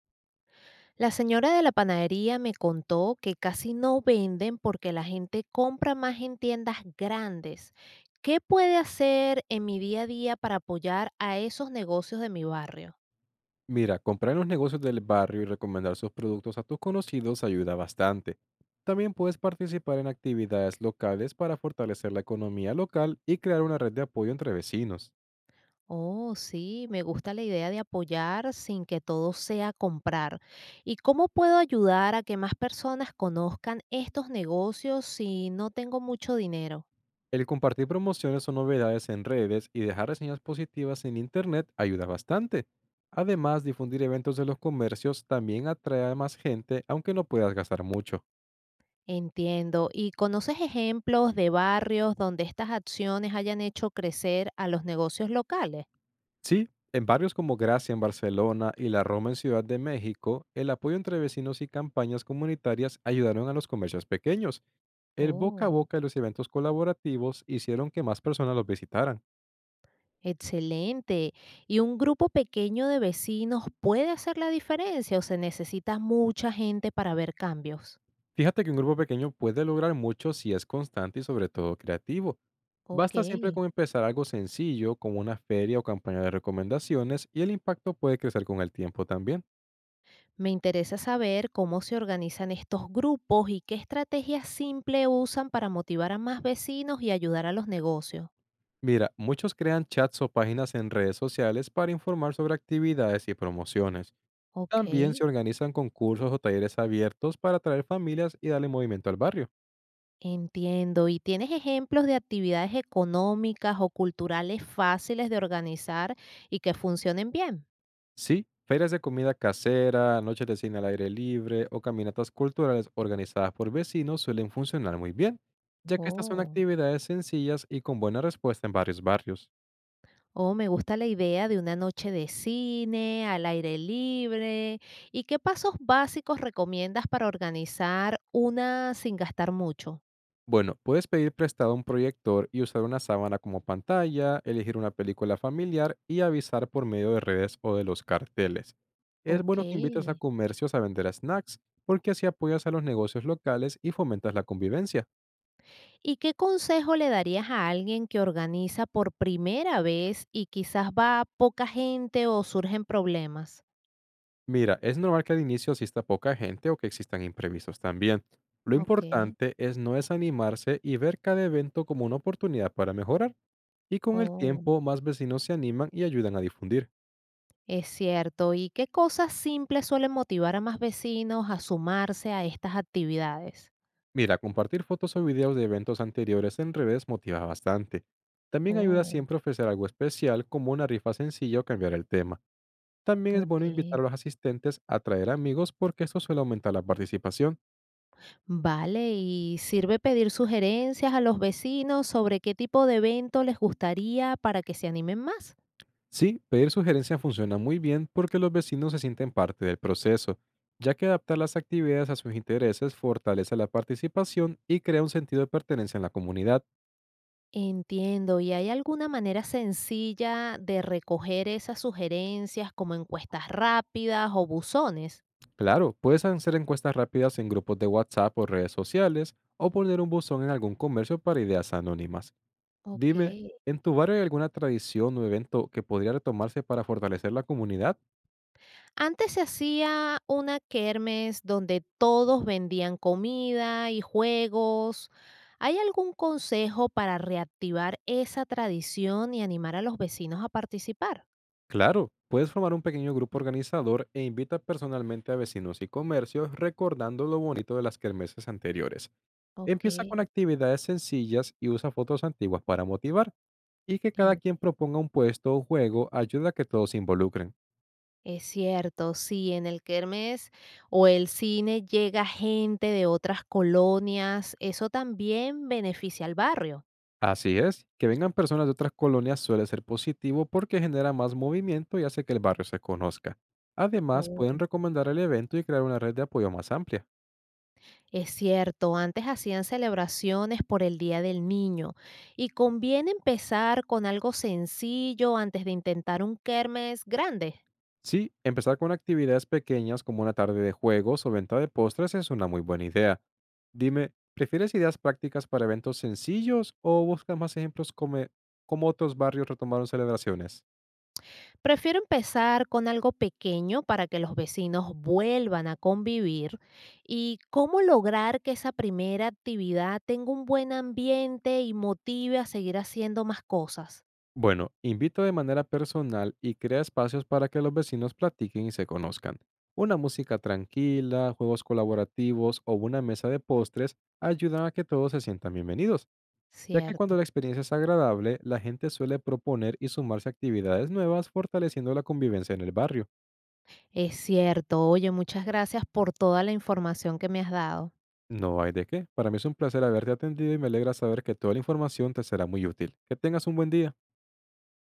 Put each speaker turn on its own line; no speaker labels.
La señora de la panadería me contó que casi no venden porque la gente compra más en tiendas grandes. ¿Qué puede hacer en mi día a día para apoyar a esos negocios de mi barrio?
Mira, comprar en los negocios del barrio y recomendar sus productos a tus conocidos ayuda bastante. También puedes participar en actividades locales para fortalecer la economía local y crear una red de apoyo entre vecinos.
Oh, sí, me gusta la idea de apoyar sin que todo sea comprar. ¿Y cómo puedo ayudar a que más personas conozcan estos negocios si no tengo mucho dinero?
El compartir promociones o novedades en redes y dejar reseñas positivas en Internet ayuda bastante. Además, difundir eventos de los comercios también atrae a más gente, aunque no puedas gastar mucho.
Entiendo. ¿Y conoces ejemplos de barrios donde estas acciones hayan hecho crecer a los negocios locales?
Sí, en barrios como Gracia en Barcelona y La Roma en Ciudad de México, el apoyo entre vecinos y campañas comunitarias ayudaron a los comercios pequeños. El boca a
Oh,
boca y los eventos colaborativos hicieron que más personas los visitaran.
excelente. ¿Y un grupo pequeño de vecinos puede hacer la diferencia o se necesita mucha gente para ver cambios?
Fíjate que un grupo pequeño puede lograr mucho si es constante y sobre todo creativo.
Ok.
Basta siempre con empezar algo sencillo, como una feria o campaña de recomendaciones, y el impacto puede crecer con el tiempo también.
Me interesa saber cómo se organizan estos grupos y qué estrategias simples usan para motivar a más vecinos y ayudar a los negocios.
Mira, muchos crean chats o páginas en redes sociales para informar sobre actividades y promociones.
Ok.
También se organizan concursos o talleres abiertos para atraer familias y darle movimiento al barrio.
Entiendo. ¿Y tienes ejemplos de actividades económicas o culturales fáciles de organizar y que funcionen bien?
Sí, ferias de comida casera, noches de cine al aire libre o caminatas culturales organizadas por vecinos suelen funcionar muy bien, ya que estas son
Oh,
actividades sencillas y con buena respuesta en varios barrios.
oh, me gusta la idea de una noche de cine al aire libre. ¿Y qué pasos básicos recomiendas para organizar una sin gastar mucho?
Bueno, puedes pedir prestado un proyector y usar una sábana como pantalla, elegir una película familiar y avisar por medio de redes o de los carteles. Es
Ok.
bueno que invites a comercios a vender snacks, porque así apoyas a los negocios locales y fomentas la convivencia.
¿Y qué consejo le darías a alguien que organiza por primera vez y quizás va poca gente o surgen problemas?
Mira, es normal que al inicio asista poca gente o que existan imprevistos también. Lo
Ok.
importante es no desanimarse y ver cada evento como una oportunidad para mejorar, y con el
Oh.
tiempo más vecinos se animan y ayudan a difundir.
Es cierto. ¿Y qué cosas simples suelen motivar a más vecinos a sumarse a estas actividades?
Mira, compartir fotos o videos de eventos anteriores en redes motiva bastante. También ayuda
Oh,
siempre a ofrecer algo especial como una rifa sencilla o cambiar el tema. También es bueno invitar
ok.
a los asistentes a traer amigos porque esto suele aumentar la participación.
Vale, ¿y sirve pedir sugerencias a los vecinos sobre qué tipo de evento les gustaría para que se animen más?
Sí, pedir sugerencias funciona muy bien porque los vecinos se sienten parte del proceso, ya que adaptar las actividades a sus intereses fortalece la participación y crea un sentido de pertenencia en la comunidad.
Entiendo. ¿Y hay alguna manera sencilla de recoger esas sugerencias como encuestas rápidas o buzones?
Claro, puedes hacer encuestas rápidas en grupos de WhatsApp o redes sociales o poner un buzón en algún comercio para ideas anónimas.
Ok.
Dime, ¿en tu barrio hay alguna tradición o evento que podría retomarse para fortalecer la comunidad?
Antes se hacía una kermés donde todos vendían comida y juegos. ¿Hay algún consejo para reactivar esa tradición y animar a los vecinos a participar?
Claro, puedes formar un pequeño grupo organizador e invita personalmente a vecinos y comercios recordando lo bonito de las kermeses anteriores.
Ok,
Empieza con actividades sencillas y usa fotos antiguas para motivar y que cada
en-
quien proponga un puesto o juego ayuda a que todos se involucren.
es cierto, sí, en el kermés o el cine llega gente de otras colonias, eso también beneficia al barrio.
Así es, que vengan personas de otras colonias suele ser positivo porque genera más movimiento y hace que el barrio se conozca. Además, pueden recomendar el evento y crear una red de apoyo más amplia.
Es cierto, antes hacían celebraciones por el Día del Niño y conviene empezar con algo sencillo antes de intentar un kermes grande.
Sí, empezar con actividades pequeñas como una tarde de juegos o venta de postres es una muy buena idea. Dime, ¿prefieres ideas prácticas para eventos sencillos o buscas más ejemplos como otros barrios retomaron celebraciones?
Prefiero empezar con algo pequeño para que los vecinos vuelvan a convivir y cómo lograr que esa primera actividad tenga un buen ambiente y motive a seguir haciendo más cosas.
Bueno, invito de manera personal y crea espacios para que los vecinos platiquen y se conozcan. Una música tranquila, juegos colaborativos o una mesa de postres ayudan a que todos se sientan bienvenidos, ya que cuando
Cierto,
la experiencia es agradable, la gente suele proponer y sumarse a actividades nuevas, fortaleciendo la convivencia en el barrio.
es cierto. Oye, muchas gracias por toda la información que me has dado.
No hay de qué. Para mí es un placer haberte atendido y me alegra saber que toda la información te será muy útil. Que tengas un buen día.